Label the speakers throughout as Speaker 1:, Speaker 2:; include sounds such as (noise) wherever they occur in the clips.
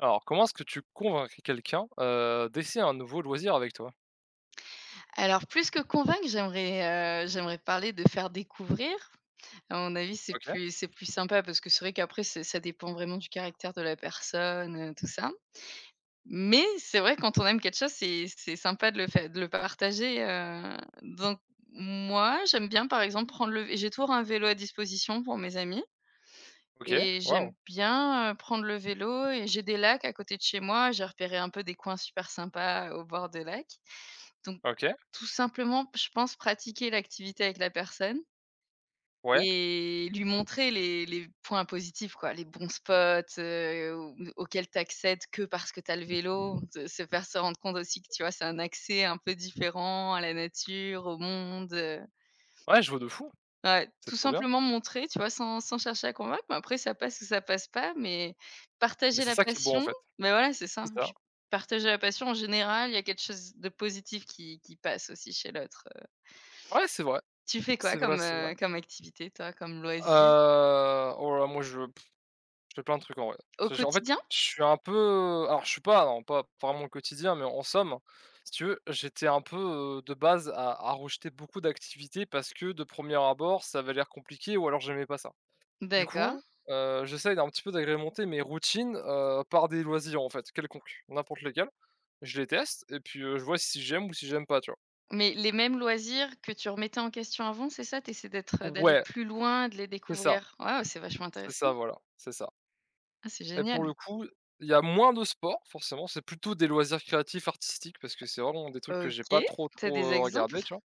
Speaker 1: Alors, comment est-ce que tu convaincrais quelqu'un, d'essayer un nouveau loisir avec toi?
Speaker 2: Alors plus que convaincre, j'aimerais parler de faire découvrir. À mon avis, c'est
Speaker 1: OK.
Speaker 2: plus c'est plus sympa parce que c'est vrai qu'après c'est ça dépend vraiment du caractère de la personne, tout ça. Mais c'est vrai quand on aime quelque chose, c'est sympa de le fai de le partager, donc moi, j'aime bien par exemple prendre le j'ai toujours un vélo à disposition pour mes amis
Speaker 1: OK,
Speaker 2: et
Speaker 1: waouh.
Speaker 2: j'aime bien, prendre le vélo et j'ai des lacs à côté de chez moi. J'ai repéré un peu des coins super sympas au bord de lacs. Donc
Speaker 1: OK,
Speaker 2: tout simplement, je pense pratiquer l'activité avec la personne
Speaker 1: ouais,
Speaker 2: et lui montrer les points positifs, quoi, les bons spots, ou auxquels tu accèdes que parce que tu as le vélo. Se rendre compte aussi que, tu vois, c'est un accès un peu différent à la nature, au monde,
Speaker 1: ouais, je vois de fou,
Speaker 2: ouais,
Speaker 1: c'est
Speaker 2: tout
Speaker 1: trop bien.
Speaker 2: simplement montrer, tu vois, sans chercher à convaincre, mais après ça passe ou ça passe pas, mais
Speaker 1: Mais
Speaker 2: partager
Speaker 1: c'est
Speaker 2: la
Speaker 1: ça qui est beau, en
Speaker 2: passion,
Speaker 1: fait,
Speaker 2: mais voilà, c'est ça,
Speaker 1: c'est ça.
Speaker 2: puis partager la passion en général, il y a quelque chose de positif qui passe aussi chez l'autre.
Speaker 1: Ouais, c'est vrai,
Speaker 2: Tu fais quoi
Speaker 1: c'est vrai,
Speaker 2: comme,
Speaker 1: c'est vrai.
Speaker 2: heu, comme activité toi, comme loisir?
Speaker 1: Heu, oh là, moi, je pff, je fais plein de trucs, en vrai.
Speaker 2: Au
Speaker 1: Je en fait,
Speaker 2: quotidien?
Speaker 1: je suis un peu, alors je suis pas, non, pas vraiment le quotidien, mais en somme, si tu veux, j'étais un peu, de base à rejeter beaucoup d'activités parce que de premier abord, ça avait l'air compliqué ou alors j'aimais pas ça. Du
Speaker 2: D'accord.
Speaker 1: coup, j'essaye d'un petit peu d'agrémenter mes routines, par des loisirs, en fait, quelconques, n'importe lesquels. Je les teste et puis, je vois si j'aime ou si j'aime pas, tu vois?
Speaker 2: Mais les mêmes loisirs que tu remettais en question avant, c'est ça? Tu essaies d'être, d'aller
Speaker 1: Ouais,
Speaker 2: plus loin, de les
Speaker 1: c'est ça,
Speaker 2: découvrir? Waouh, c'est vachement
Speaker 1: c'est
Speaker 2: intéressant.
Speaker 1: ça, voilà, c'est ça.
Speaker 2: Ah, c'est
Speaker 1: Et pour
Speaker 2: génial.
Speaker 1: le coup, il y a moins de sport, forcément, c'est plutôt des loisirs créatifs, artistiques, parce que c'est vraiment des trucs que j'ai pas
Speaker 2: OK,
Speaker 1: trop,
Speaker 2: t'as
Speaker 1: trop,
Speaker 2: des exemples?
Speaker 1: regardés, tu vois?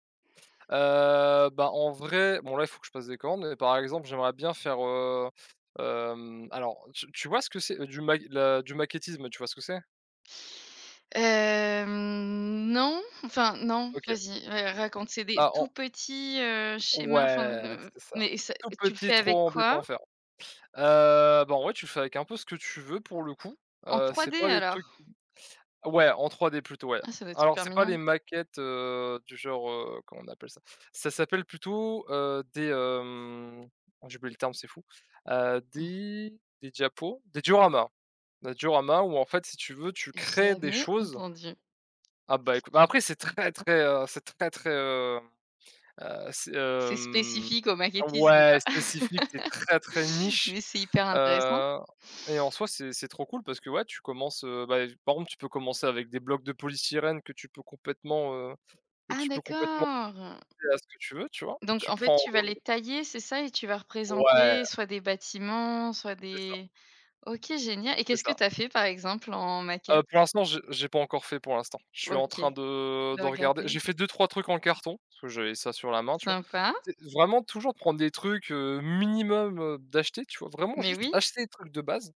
Speaker 1: Bah, en vrai, bon là, il faut que je passe des commandes, mais par exemple, j'aimerais bien faire, alors tu vois ce que c'est, du ma la du maquettisme, tu vois ce que c'est?
Speaker 2: Hem, non, enfin non,
Speaker 1: OK.
Speaker 2: vas-y, ra raconte. C'est des
Speaker 1: Ah en
Speaker 2: tout petits, schémas, enfin,
Speaker 1: Ouais, c'est ça.
Speaker 2: mais ça
Speaker 1: Tout
Speaker 2: tu le
Speaker 1: petit,
Speaker 2: fais avec
Speaker 1: trop embêtant
Speaker 2: quoi?
Speaker 1: à faire. Bah, en vrai, tu fais avec un peu ce que tu veux pour le coup.
Speaker 2: En
Speaker 1: C'est
Speaker 2: 3D
Speaker 1: pas des trucs
Speaker 2: alors?
Speaker 1: Ouais, en 3D plutôt, ouais.
Speaker 2: Ah, ça doit être
Speaker 1: Alors
Speaker 2: super
Speaker 1: c'est pas les
Speaker 2: mignon.
Speaker 1: maquettes, du genre, comment on appelle ça? Ça s'appelle plutôt, des, oh, j'ai oublié le terme, c'est fou.
Speaker 2: Mmh,
Speaker 1: Des diapos? Des dioramas. Des dioramas où, en fait, si tu veux, tu crées des
Speaker 2: jamais
Speaker 1: choses.
Speaker 2: entendu.
Speaker 1: Ah, bah, écoute, bah, après c'est très, très, c'est très, très c'est,
Speaker 2: C'est
Speaker 1: hem
Speaker 2: spécifique au maquettisme, quoi.
Speaker 1: Ouais, spécifique, c'est très, très niche,
Speaker 2: Mais c'est hyper intéressant.
Speaker 1: heu et en soi, c'est trop cool parce que, ouais, tu commences, bah, par exemple, tu peux commencer avec des blocs de polystyrène que
Speaker 2: Ah
Speaker 1: tu peux complètement
Speaker 2: d'accord!
Speaker 1: (unintelligible) à ce que tu veux, tu vois?
Speaker 2: Donc
Speaker 1: Tu
Speaker 2: en fait,
Speaker 1: prends
Speaker 2: tu vas les tailler, c'est ça? Et tu vas
Speaker 1: Ouais,
Speaker 2: représenter soit des bâtiments, soit
Speaker 1: c'est ça,
Speaker 2: des OK, génial. Et
Speaker 1: c'est
Speaker 2: qu'est-ce que
Speaker 1: ça.
Speaker 2: tu as fait, par exemple, en maquette?
Speaker 1: Pour l'instant, j'ai pas encore fait pour l'instant. Je suis en train
Speaker 2: OK,
Speaker 1: de
Speaker 2: de
Speaker 1: de regarder.
Speaker 2: regarder.
Speaker 1: J'ai fait deux trois trucs en carton, parce que j'avais ça sur la main, tu vois?
Speaker 2: Sympa.
Speaker 1: C'est vraiment toujours prendre des trucs, minimum, d'acheter, tu vois? Vraiment
Speaker 2: Mais
Speaker 1: juste
Speaker 2: oui?
Speaker 1: acheter des trucs de base.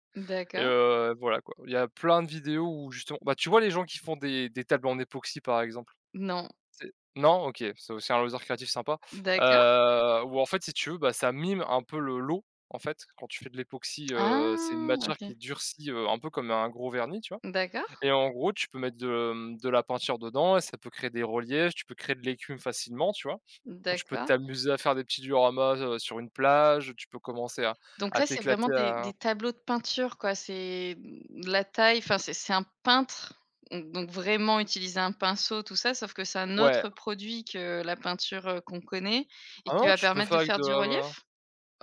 Speaker 1: Et
Speaker 2: D'accord.
Speaker 1: voilà, quoi. Il y a plein de vidéos où justement, bah, tu vois les gens qui font des tables en époxy, par exemple?
Speaker 2: Non.
Speaker 1: C'est non? OK, c'est aussi un loisir créatif sympa.
Speaker 2: D'accord.
Speaker 1: Où, en fait, si tu veux, bah, ça mime un peu le l'eau, en fait. Quand tu fais de l'époxy, c'est une
Speaker 2: Ah!
Speaker 1: matière qui
Speaker 2: OK.
Speaker 1: durcit, un peu comme un gros vernis, tu vois?
Speaker 2: D'accord,
Speaker 1: Et en gros, tu peux mettre de la peinture dedans et ça peut créer des reliefs, tu peux créer de l'écume facilement, tu vois? Donc tu peux
Speaker 2: d'accord.
Speaker 1: t'amuser à faire des petits dioramas, sur une plage, tu peux commencer à
Speaker 2: Donc là, c'est
Speaker 1: t'éclater
Speaker 2: vraiment des
Speaker 1: à
Speaker 2: des tableaux de peinture, quoi. C'est, mmh, la taille, enfin, c'est un peintre, donc vraiment utiliser un pinceau, tout ça, sauf que c'est un
Speaker 1: ouais.
Speaker 2: autre produit que la peinture, qu'on connaît et
Speaker 1: Ah
Speaker 2: qui
Speaker 1: non,
Speaker 2: va
Speaker 1: tu peux
Speaker 2: permettre
Speaker 1: faire
Speaker 2: de
Speaker 1: avec
Speaker 2: faire
Speaker 1: de
Speaker 2: du
Speaker 1: la.
Speaker 2: relief?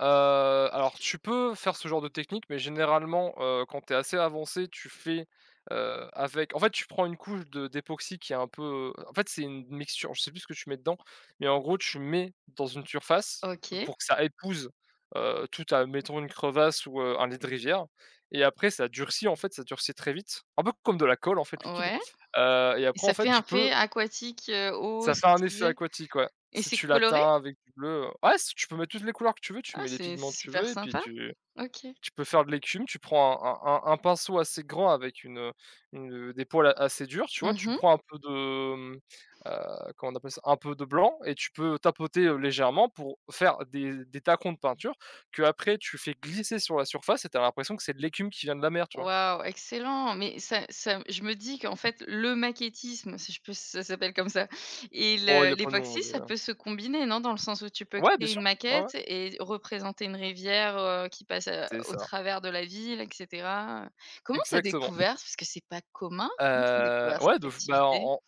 Speaker 1: Alors tu peux faire ce genre de technique, mais généralement, quand tu es assez avancé, tu fais, avec, en fait, tu prends une couche de d'époxy qui est un peu, en fait, c'est une mixture, je sais plus ce que tu mets dedans, mais en gros, tu mets dans une surface
Speaker 2: OK,
Speaker 1: pour que ça épouse, tout à, admettons, une crevasse ou, un lit de rivière, et après ça durcit, en fait, ça durcit très vite, un peu comme de la colle, en fait, liquide,
Speaker 2: ouais
Speaker 1: et
Speaker 2: et
Speaker 1: après, en
Speaker 2: ça
Speaker 1: fait,
Speaker 2: fait un
Speaker 1: tu
Speaker 2: peu
Speaker 1: peux
Speaker 2: aquatique, eau,
Speaker 1: ça
Speaker 2: ce
Speaker 1: fait
Speaker 2: que
Speaker 1: un
Speaker 2: tu
Speaker 1: effet
Speaker 2: disais
Speaker 1: aquatique, ouais.
Speaker 2: et
Speaker 1: Si
Speaker 2: c'est
Speaker 1: tu la
Speaker 2: coloré?
Speaker 1: teins avec du bleu, ouais, si tu peux mettre toutes les couleurs que tu veux, tu
Speaker 2: Ah,
Speaker 1: mets les
Speaker 2: c'est
Speaker 1: pigments que tu
Speaker 2: super
Speaker 1: veux et puis
Speaker 2: sympa.
Speaker 1: tu
Speaker 2: OK.
Speaker 1: peux faire de l'écume, tu prends un pinceau assez grand avec une, des poils a assez durs, tu vois? Tu
Speaker 2: Mmh.
Speaker 1: prends un peu de, comment on appelle ça? Un peu de blanc, et tu peux tapoter, légèrement, pour faire des tacons de peinture qu'après tu fais glisser sur la surface, et tu as l'impression que c'est de l'écume qui vient de la mer, tu vois?
Speaker 2: Waouh, excellent! Mais ça ça je me dis qu'en fait, le maquettisme, si je peux ça s'appelle comme ça et
Speaker 1: Oh, il y
Speaker 2: le
Speaker 1: a plein de noms,
Speaker 2: l'époxy, ça peut se combiner, non? Dans le sens où tu peux
Speaker 1: ouais, bien
Speaker 2: créer
Speaker 1: sûr,
Speaker 2: une
Speaker 1: ouais, ouais,
Speaker 2: maquette et représenter une rivière, qui passe,
Speaker 1: c'est
Speaker 2: au
Speaker 1: ça,
Speaker 2: travers de la ville et cetera. Comment t'as
Speaker 1: exactement.
Speaker 2: découvert parce que c'est pas commun, comment tu découvert
Speaker 1: Ouais,
Speaker 2: cette
Speaker 1: de f bah,
Speaker 2: activité?
Speaker 1: en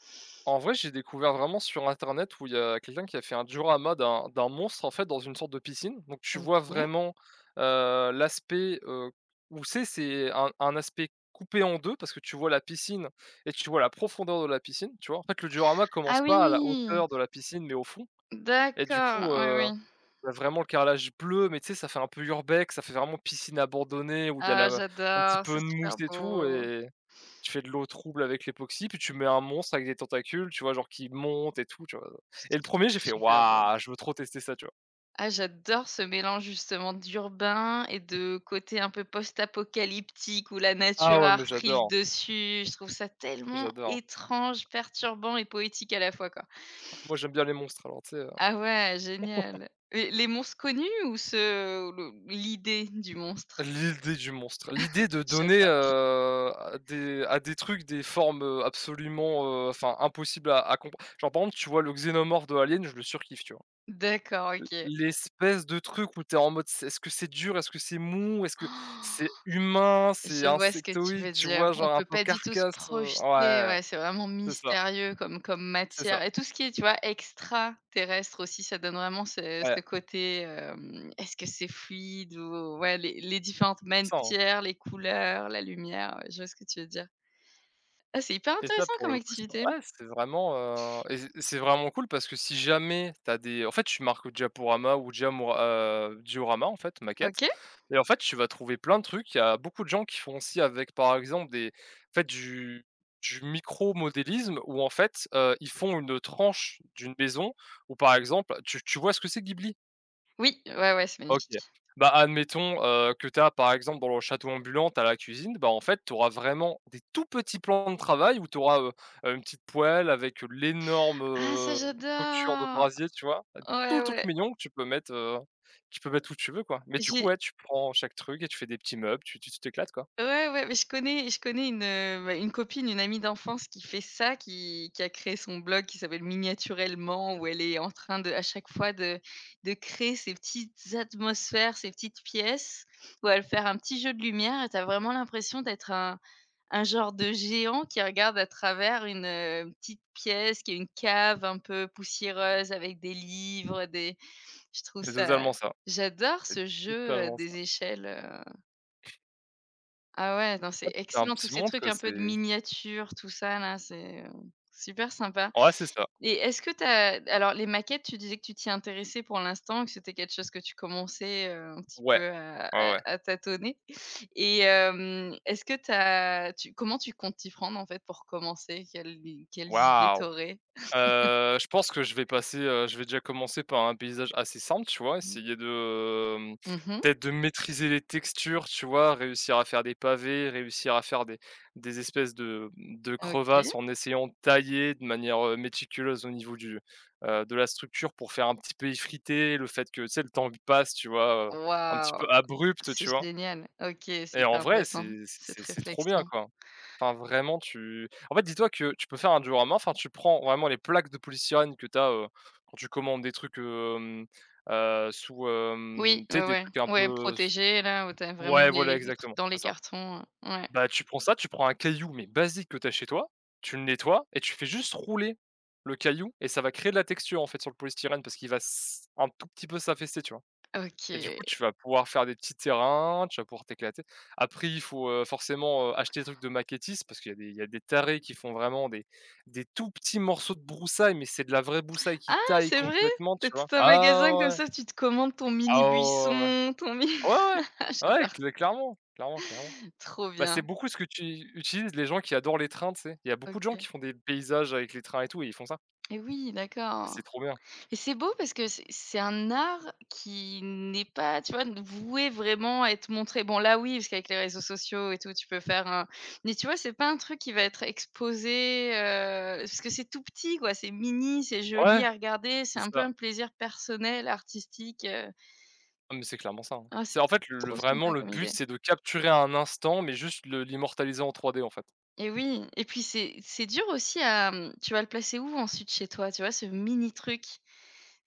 Speaker 1: En vrai, j'ai découvert vraiment sur internet, où il y a quelqu'un qui a fait un diorama d'un monstre, en fait, dans une sorte de piscine. Donc tu vois
Speaker 2: OK.
Speaker 1: vraiment, l'aspect, où c'est, un aspect coupé en deux, parce que tu vois la piscine et tu vois la profondeur de la piscine, tu vois? En fait, le diorama commence
Speaker 2: Ah
Speaker 1: pas à la
Speaker 2: oui!
Speaker 1: hauteur de la piscine, mais au fond. Et du
Speaker 2: D'accord,
Speaker 1: coup,
Speaker 2: oui, oui.
Speaker 1: il y a vraiment le carrelage bleu, mais tu sais, ça fait un peu urbex, ça fait vraiment piscine abandonnée où il y a
Speaker 2: Ah
Speaker 1: la un petit
Speaker 2: j'adore,
Speaker 1: peu de
Speaker 2: c'est
Speaker 1: mousse
Speaker 2: super
Speaker 1: et tout,
Speaker 2: beau.
Speaker 1: et tu fais de l'eau trouble avec l'époxy, puis tu mets un monstre avec des tentacules, tu vois? Genre qui monte et tout, tu vois? Et le premier, j'ai
Speaker 2: C'est
Speaker 1: fait:
Speaker 2: super beau.
Speaker 1: «Waouh, je veux trop tester ça», tu vois?
Speaker 2: Ah, j'adore ce mélange justement d'urbain et de côté un peu post-apocalyptique où la
Speaker 1: Ah
Speaker 2: nature
Speaker 1: ouais,
Speaker 2: a
Speaker 1: mais
Speaker 2: repris le
Speaker 1: j'adore,
Speaker 2: dessus. Je trouve ça tellement
Speaker 1: j'adore.
Speaker 2: étrange, perturbant et poétique à la fois, quoi.
Speaker 1: Moi, j'aime bien les monstres, alors tu sais,
Speaker 2: Ah ouais, génial. Et les monstres connus ou ce ou le l'idée du monstre?
Speaker 1: l'idée du monstre, l'idée de donner,
Speaker 2: J'adore.
Speaker 1: à des trucs des formes, absolument, enfin impossibles à compr genre, par exemple, tu vois le xénomorphe de Alien, je le surkiffe, tu vois?
Speaker 2: D'accord, OK.
Speaker 1: L'espèce de truc où tu es en mode: «C'est Est-ce que c'est dur? Est-ce que c'est mou? Est-ce que
Speaker 2: (gasps)
Speaker 1: c'est humain? C'est
Speaker 2: Je vois ce que tu
Speaker 1: insectoïde?»
Speaker 2: veux
Speaker 1: Tu
Speaker 2: dire.
Speaker 1: vois?
Speaker 2: On
Speaker 1: Genre un
Speaker 2: peut
Speaker 1: peu
Speaker 2: pas du tout se
Speaker 1: carcasse,
Speaker 2: projeter,
Speaker 1: ouais,
Speaker 2: ouais, c'est vraiment
Speaker 1: c'est ça,
Speaker 2: mystérieux comme
Speaker 1: c'est ça,
Speaker 2: matière et tout ce qui est, tu vois, extraterrestre aussi, ça donne vraiment ce
Speaker 1: ouais,
Speaker 2: ce côté, est-ce que c'est fluide ou ouais, les différentes
Speaker 1: c'est ça, hein.
Speaker 2: matières, les couleurs, la lumière, ouais, je vois ce que tu veux dire. Ah, c'est hyper
Speaker 1: Et ça,
Speaker 2: intéressant
Speaker 1: pour
Speaker 2: comme
Speaker 1: le coup, c'est,
Speaker 2: activité.
Speaker 1: ouais, c'est vraiment, et c'est vraiment cool parce que, si jamais tu as, des en fait, tu marques Diaporama ou Diamora Diorama, en fait, maquette,
Speaker 2: OK.
Speaker 1: et en fait, tu vas trouver plein de trucs. Il y a beaucoup de gens qui font aussi avec, par exemple, des en fait, du micro-modélisme où, en fait, ils font une tranche d'une maison où, par exemple, tu vois ce que c'est Ghibli?
Speaker 2: Oui, ouais, ouais, c'est
Speaker 1: OK.
Speaker 2: magnifique.
Speaker 1: Bah, admettons, que tu as, par exemple, dans le château ambulant, tu as la cuisine, bah, en fait, tu auras vraiment des tout petits plans de travail où tu auras une petite poêle avec, l'énorme,
Speaker 2: Ah ça
Speaker 1: structure de
Speaker 2: j'adore!
Speaker 1: brasier, tu vois? Bah, tout
Speaker 2: Ouais,
Speaker 1: le truc
Speaker 2: ouais.
Speaker 1: mignon que tu peux mettre, tu peux mettre où tu veux, quoi. Mais du coup,
Speaker 2: J'ai
Speaker 1: ouais, tu prends chaque truc et tu fais des petits meubles, tu t'éclates, quoi.
Speaker 2: ouais, ouais, mais je connais une, bah, une copine, une amie d'enfance qui fait ça, qui a créé son blog qui s'appelle Miniaturellement, où elle est en train de à chaque fois de créer ces petites atmosphères, ces petites pièces, où elle fait un petit jeu de lumière et tu vraiment l'impression d'être un genre de géant qui regarde à travers une, petite pièce qui est une cave un peu poussiéreuse avec des livres, des je trouve
Speaker 1: C'est
Speaker 2: ça
Speaker 1: totalement ça,
Speaker 2: j'adore
Speaker 1: c'est
Speaker 2: ce jeu,
Speaker 1: totalement ça.
Speaker 2: des échelles, ah ouais, non,
Speaker 1: Ah,
Speaker 2: c'est
Speaker 1: puis un
Speaker 2: excellent tous
Speaker 1: petit
Speaker 2: ces
Speaker 1: monde,
Speaker 2: trucs
Speaker 1: quoi,
Speaker 2: un peu de
Speaker 1: c'est
Speaker 2: miniatures, tout ça là, c'est, super sympa
Speaker 1: ouais, c'est ça.
Speaker 2: et est-ce que tu as alors les maquettes, tu disais que tu t'y intéressais pour l'instant, que c'était quelque chose que tu commençais, un petit
Speaker 1: Ouais.
Speaker 2: peu à
Speaker 1: Ouais, ouais.
Speaker 2: tâtonner et est-ce que t'as, tu comment tu comptes t'y prendre en fait pour commencer? Quelles idées
Speaker 1: Waouh!
Speaker 2: t'aurais
Speaker 1: Je pense que je vais passer, je vais déjà commencer par un paysage assez simple, tu vois?
Speaker 2: aurais?
Speaker 1: Essayer de,
Speaker 2: Mmh.
Speaker 1: peut-être, de maîtriser les textures, tu vois? Réussir à faire des pavés, réussir à faire des espèces de
Speaker 2: OK.
Speaker 1: crevasses, en essayant de tailler de manière, méticuleuse au niveau de la structure, pour faire un petit peu effriter le fait que, tu sais, le temps passe, tu vois? Un petit peu
Speaker 2: Waouh!
Speaker 1: abrupt,
Speaker 2: C'est
Speaker 1: tu vois?
Speaker 2: génial. OK, c'est
Speaker 1: Et en
Speaker 2: hyper
Speaker 1: vrai,
Speaker 2: intéressant
Speaker 1: c'est c'est
Speaker 2: cette
Speaker 1: c'est c'est trop bien,
Speaker 2: réflexion.
Speaker 1: quoi. Enfin, vraiment, tu en fait, dis-toi que tu peux faire un diorama, enfin, tu prends vraiment les plaques de polystyrène que tu as, quand tu commandes des trucs, sous,
Speaker 2: Oui,
Speaker 1: tu sais,
Speaker 2: ouais,
Speaker 1: des
Speaker 2: ouais,
Speaker 1: trucs un
Speaker 2: ouais,
Speaker 1: peu s
Speaker 2: protégé là, où tu vraiment
Speaker 1: ouais, voilà,
Speaker 2: les trucs
Speaker 1: exactement,
Speaker 2: dans les
Speaker 1: c'est ça.
Speaker 2: cartons, ouais.
Speaker 1: Bah, tu prends ça, tu prends un caillou, mais basique, que tu as chez toi, tu le nettoies et tu fais juste rouler le caillou, et ça va créer de la texture, en fait, sur le polystyrène, parce qu'il va s un tout petit peu s'affaisser, tu vois? Et du
Speaker 2: OK.
Speaker 1: coup, tu vas pouvoir faire des petits terrains, tu vas pouvoir t'éclater. Après, il faut, forcément, acheter des trucs de maquettistes, parce qu'il y a des, tarés qui font vraiment des tout petits morceaux de broussailles, mais c'est de la vraie broussaille qui
Speaker 2: Ah,
Speaker 1: taille
Speaker 2: c'est vrai?
Speaker 1: complètement, tu
Speaker 2: Tu
Speaker 1: vois?
Speaker 2: tout un
Speaker 1: Ah
Speaker 2: magasin comme
Speaker 1: ouais,
Speaker 2: ça, tu te commandes ton
Speaker 1: ah
Speaker 2: mini
Speaker 1: ouais,
Speaker 2: buisson, ton mini
Speaker 1: ouais, ouais.
Speaker 2: (laughs) ah
Speaker 1: Ouais, ouais. Ouais,
Speaker 2: j'adore,
Speaker 1: cl clairement, clairement, clairement.
Speaker 2: trop
Speaker 1: Bah, c'est
Speaker 2: bien.
Speaker 1: beaucoup ce que tu utilises, les gens qui adorent les trains, tu sais? Il y a beaucoup de gens qui
Speaker 2: OK.
Speaker 1: font des paysages avec les trains et tout, et ils font ça.
Speaker 2: Et oui,
Speaker 1: C'est
Speaker 2: d'accord.
Speaker 1: trop bien.
Speaker 2: Et c'est beau parce que c'est un art qui n'est pas, tu vois, voué vraiment à être montré. Bon, là, oui, parce qu'avec les réseaux sociaux et tout, tu peux faire un mais tu vois, c'est pas un truc qui va être exposé, parce que c'est tout petit, quoi. C'est mini, c'est
Speaker 1: Ouais,
Speaker 2: joli à regarder, c'est
Speaker 1: c'est
Speaker 2: un peu
Speaker 1: ça.
Speaker 2: un plaisir personnel, artistique.
Speaker 1: Ah, mais c'est clairement ça, hein.
Speaker 2: Ah,
Speaker 1: C'est
Speaker 2: c'est
Speaker 1: en fait le le
Speaker 2: trop
Speaker 1: vraiment
Speaker 2: sympa
Speaker 1: le
Speaker 2: comme
Speaker 1: but,
Speaker 2: idée.
Speaker 1: c'est de capturer un instant, mais juste le l'immortaliser en 3D, en fait.
Speaker 2: Et oui, et puis c'est dur aussi à, mmh, tu vas le placer où ensuite chez toi, tu vois, ce mini truc?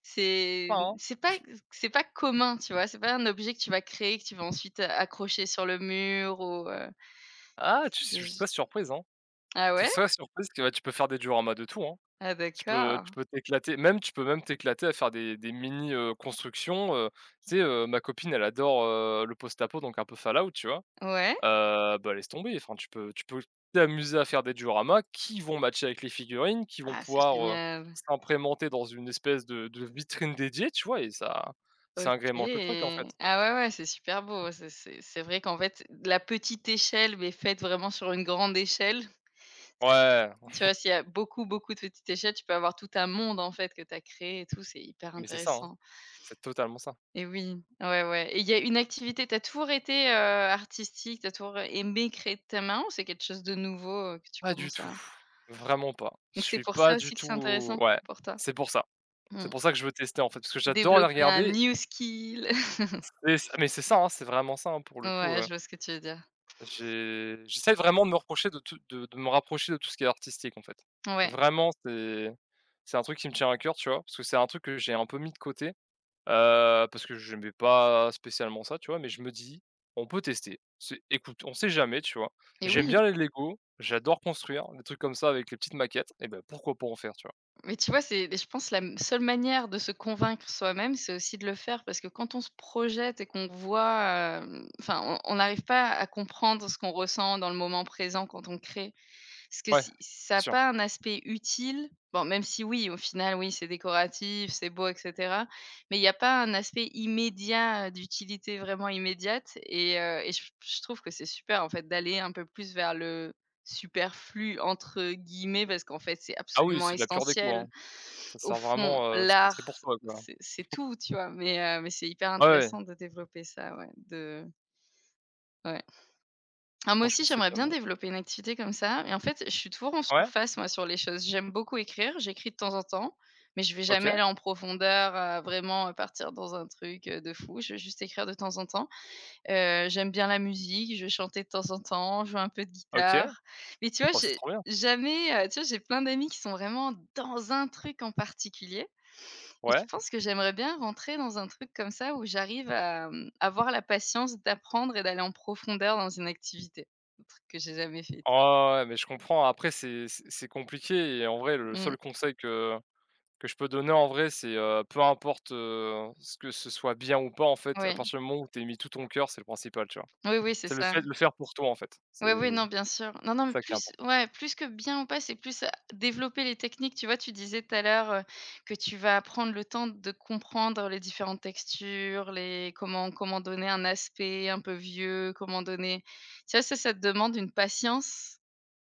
Speaker 2: C'est
Speaker 1: Pas, hein.
Speaker 2: c'est pas c'est pas commun, tu vois? C'est pas un objet que tu vas créer, que tu vas ensuite accrocher sur le mur ou,
Speaker 1: Ah, tu s
Speaker 2: c'est j
Speaker 1: serais surprise, hein.
Speaker 2: ah
Speaker 1: Tu
Speaker 2: ouais?
Speaker 1: serais surprise que, bah, tu peux faire des dioramas de tout, hein.
Speaker 2: Ah d'accord.
Speaker 1: Tu peux t'éclater, même tu peux même t'éclater à faire des mini, constructions, tu sais, ma copine elle adore, le post-apo donc un peu Fallout, tu vois?
Speaker 2: Ouais?
Speaker 1: Bah, laisse tomber, enfin tu peux t'amuser à faire des dioramas qui vont matcher avec les figurines, qui vont
Speaker 2: Ah c'est
Speaker 1: pouvoir,
Speaker 2: génial.
Speaker 1: s'imprémenter dans une espèce de vitrine dédiée, tu vois? Et ça
Speaker 2: OK.
Speaker 1: agrémente le truc, en fait.
Speaker 2: Ah ouais, ouais, c'est super beau. C'est vrai qu'en fait, la petite échelle, mais faite vraiment sur une grande échelle, c'est
Speaker 1: Ouais,
Speaker 2: tu vois, s'il y a beaucoup, beaucoup de petites échelles, tu peux avoir tout un monde en fait que tu as créé et tout, c'est hyper
Speaker 1: mais c'est ça, hein,
Speaker 2: intéressant.
Speaker 1: c'est totalement ça.
Speaker 2: Et oui, ouais, ouais. Et il y a une activité t'as toujours été, artistique, t'as toujours aimé créer de ta main ou c'est quelque chose de nouveau, que tu
Speaker 1: Pas du
Speaker 2: commences
Speaker 1: tout,
Speaker 2: à
Speaker 1: vraiment pas. Je
Speaker 2: donc c'est
Speaker 1: suis
Speaker 2: pour
Speaker 1: pas
Speaker 2: ça
Speaker 1: du
Speaker 2: aussi que c'est
Speaker 1: tout,
Speaker 2: intéressant
Speaker 1: ouais,
Speaker 2: pour toi?
Speaker 1: c'est pour ça. C'est
Speaker 2: Mmh.
Speaker 1: pour ça que je veux tester, en fait, parce que j'adore les
Speaker 2: Développer un
Speaker 1: regarder
Speaker 2: new skill. (laughs)
Speaker 1: et ç mais c'est ça, hein, c'est vraiment ça, hein, pour le coup,
Speaker 2: Ouais, je vois ce que tu veux dire.
Speaker 1: j'essaie vraiment de me rapprocher de tout ce qui est artistique, en fait.
Speaker 2: Ouais
Speaker 1: Vraiment, c'est un truc qui me tient à cœur, tu vois? Parce que c'est un truc que j'ai un peu mis de côté, parce que j'aimais pas spécialement ça, tu vois? Mais je me dis: «On peut tester». C'est écoute, on sait jamais, tu vois?
Speaker 2: et
Speaker 1: J'aime
Speaker 2: oui,
Speaker 1: bien les Lego, j'adore construire, des trucs comme ça avec les petites maquettes et bah, pourquoi pas en faire, tu vois?
Speaker 2: mais tu vois, c'est je pense la m seule manière de se convaincre soi-même, c'est aussi de le faire parce que quand on se projette et qu'on voit, enfin, on n'arrive pas à comprendre ce qu'on ressent dans le moment présent quand on crée. Parce que
Speaker 1: Ouais, bien
Speaker 2: si ça a
Speaker 1: sûr.
Speaker 2: pas un aspect utile, bon, même si oui, au final, oui, c'est décoratif, c'est beau, et cetera, mais il y a pas un aspect immédiat, d'utilité vraiment immédiate et je trouve que c'est super, en fait, d'aller un peu plus vers le «superflu» entre guillemets, parce qu'en fait, c'est
Speaker 1: Ah oui,
Speaker 2: absolument
Speaker 1: c'est de la pure déco, hein.
Speaker 2: essentiel.
Speaker 1: Ça
Speaker 2: Au
Speaker 1: sert
Speaker 2: fond,
Speaker 1: vraiment, c'est
Speaker 2: l'art,
Speaker 1: pour toi, quoi.
Speaker 2: c'est tout, tu vois? Mais c'est hyper
Speaker 1: Ouais, ouais,
Speaker 2: intéressant de développer ça, ouais, de ouais. Ah, moi
Speaker 1: franchement,
Speaker 2: aussi,
Speaker 1: c'est
Speaker 2: j'aimerais
Speaker 1: pas
Speaker 2: bien
Speaker 1: mal.
Speaker 2: développer une activité comme ça et en fait, je suis toujours en
Speaker 1: Ouais,
Speaker 2: surface, moi, sur les choses. J'aime beaucoup écrire, j'écris de temps en temps, mais je vais jamais
Speaker 1: OK,
Speaker 2: aller en profondeur, à vraiment, partir dans un truc, de fou. Je vais juste écrire de temps en temps. J'aime bien la musique, je vais chanter de temps en temps, jouer un peu de
Speaker 1: OK.
Speaker 2: guitare. Mais tu vois,
Speaker 1: Oh, c'est
Speaker 2: j'ai
Speaker 1: trop bien.
Speaker 2: jamais, tu vois, j'ai plein d'amis qui sont vraiment dans un truc en particulier et je
Speaker 1: Ouais.
Speaker 2: pense que j'aimerais bien rentrer dans un truc comme ça où j'arrive à, mmh, avoir la patience d'apprendre et d'aller en profondeur dans une activité. Un truc que j'ai jamais fait.
Speaker 1: Ah ouais, mais je comprends. Après, c'est compliqué et en vrai, le seul
Speaker 2: Mmh,
Speaker 1: conseil que je peux donner en vrai, c'est, peu importe, ce que ce soit bien ou pas, en fait, à
Speaker 2: oui.
Speaker 1: partir du moment où tu mis tout ton cœur, c'est le principal, tu vois?
Speaker 2: Oui, oui, c'est
Speaker 1: C'est le
Speaker 2: ça.
Speaker 1: fait de le faire pour toi, en fait.
Speaker 2: Oui, oui,
Speaker 1: C'est
Speaker 2: non, bien sûr. Non, non, mais
Speaker 1: ça qui est
Speaker 2: plus
Speaker 1: important.
Speaker 2: ouais, plus que bien ou pas, c'est plus à développer les techniques. Tu vois, tu disais tout à l'heure, que tu vas prendre le temps de comprendre les différentes textures, les comment donner un aspect un peu vieux, comment donner tu vois, ça te demande une patience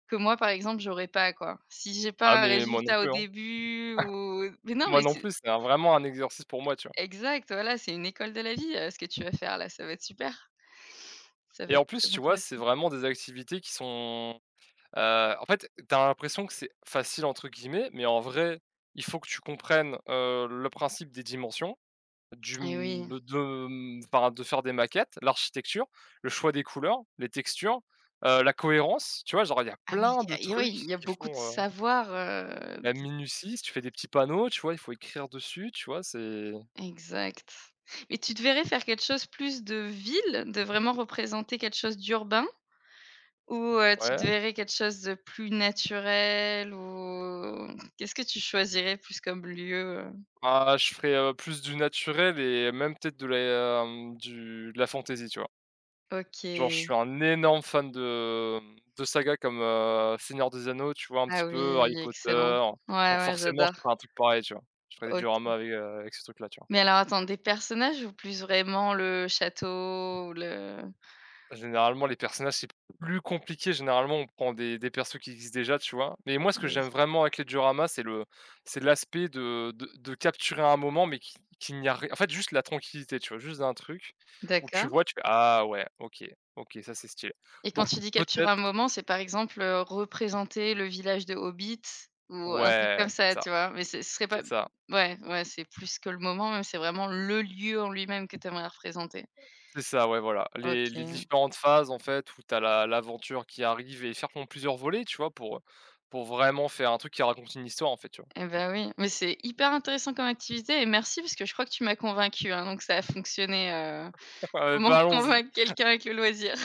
Speaker 2: que moi, par exemple, j'aurais pas, quoi. Si j'ai
Speaker 1: Ah
Speaker 2: pas un
Speaker 1: mais moi non
Speaker 2: résultat au
Speaker 1: plus, hein.
Speaker 2: début ou mais non,
Speaker 1: Moi
Speaker 2: mais
Speaker 1: non
Speaker 2: c'est
Speaker 1: plus, c'est un vraiment un exercice pour moi, tu vois?
Speaker 2: exact, voilà, c'est une école de la vie, ce que tu vas faire là, ça va être super. Ça
Speaker 1: Et
Speaker 2: va
Speaker 1: en
Speaker 2: être
Speaker 1: plus,
Speaker 2: très
Speaker 1: tu vois, c'est
Speaker 2: intéressant.
Speaker 1: vraiment des activités qui sont, en fait, t'as l'impression que c'est «facile» entre guillemets, mais en vrai, il faut que tu comprennes, le principe des dimensions. Du,
Speaker 2: Et oui.
Speaker 1: mmh, de mmh, enfin, de faire des maquettes, l'architecture, le choix des couleurs, les textures, la cohérence, tu vois? Genre, il y a
Speaker 2: Ah mais
Speaker 1: plein
Speaker 2: il y
Speaker 1: de
Speaker 2: a et
Speaker 1: trucs
Speaker 2: oui, il y a
Speaker 1: qui
Speaker 2: beaucoup de
Speaker 1: font,
Speaker 2: savoir.
Speaker 1: la minutie. Si tu fais des petits panneaux, tu vois, il faut écrire dessus, tu vois? C'est
Speaker 2: Exact. Et tu te verrais faire quelque chose plus de ville, de vraiment représenter quelque chose d'urbain? Ou, tu te
Speaker 1: ouais.
Speaker 2: verrais quelque chose de plus naturel ou qu'est-ce que tu choisirais plus comme lieu, heu?
Speaker 1: Ah, je ferais, plus du naturel et même peut-être de la, hem, du de la fantaisie, tu vois? Genre, je
Speaker 2: OK.
Speaker 1: suis un énorme fan de, de sagas comme, Seigneur des Anneaux, tu vois? Un petit
Speaker 2: Ah
Speaker 1: peu,
Speaker 2: oui,
Speaker 1: Harry
Speaker 2: excellent.
Speaker 1: Potter,
Speaker 2: Ouais,
Speaker 1: donc
Speaker 2: ouais,
Speaker 1: forcément,
Speaker 2: j'adore.
Speaker 1: je ferais un truc pareil, tu vois? Je ferais des
Speaker 2: OK.
Speaker 1: dioramas avec, avec ces trucs-là, tu vois?
Speaker 2: Mais alors attends, des personnages ou plus vraiment le château, ou le
Speaker 1: Généralement, les personnages, c'est plus compliqué. Généralement, on prend des persos qui existent déjà, tu vois? Mais moi, ce que j'aime
Speaker 2: oui.
Speaker 1: vraiment avec les dioramas, c'est le c'est l'aspect de capturer un moment, mais qui qu'il n'y a rien en fait, juste la tranquillité, tu vois? Juste un truc où tu
Speaker 2: D'accord
Speaker 1: vois, tu fais: «Ah ouais, OK, OK, ça, c'est stylé».
Speaker 2: et quand
Speaker 1: Donc
Speaker 2: tu dis capturer un
Speaker 1: peut-être
Speaker 2: moment, c'est par exemple, représenter le village de Hobbit ou un truc
Speaker 1: ouais,
Speaker 2: comme
Speaker 1: c'est
Speaker 2: ça,
Speaker 1: ça,
Speaker 2: tu vois? Mais ce ce serait pas
Speaker 1: c'est ça,
Speaker 2: ouais, ouais, c'est plus que le moment, même, c'est vraiment le lieu en lui-même que tu aimerais représenter.
Speaker 1: c'est ça, ouais, voilà. Les
Speaker 2: OK.
Speaker 1: différentes phases, en fait, où t'as la l'aventure qui arrive et faire en plusieurs volets, tu vois? Pour vraiment faire un truc qui raconte une histoire, en fait, tu vois?
Speaker 2: Eh ben oui, mais c'est hyper intéressant comme activité et merci parce que je crois que tu m'as convaincu, hein, donc ça a fonctionné,
Speaker 1: (laughs)
Speaker 2: (laughs)
Speaker 1: Ouais,
Speaker 2: comment
Speaker 1: bah, allons-y
Speaker 2: convaincre quelqu'un avec le loisir.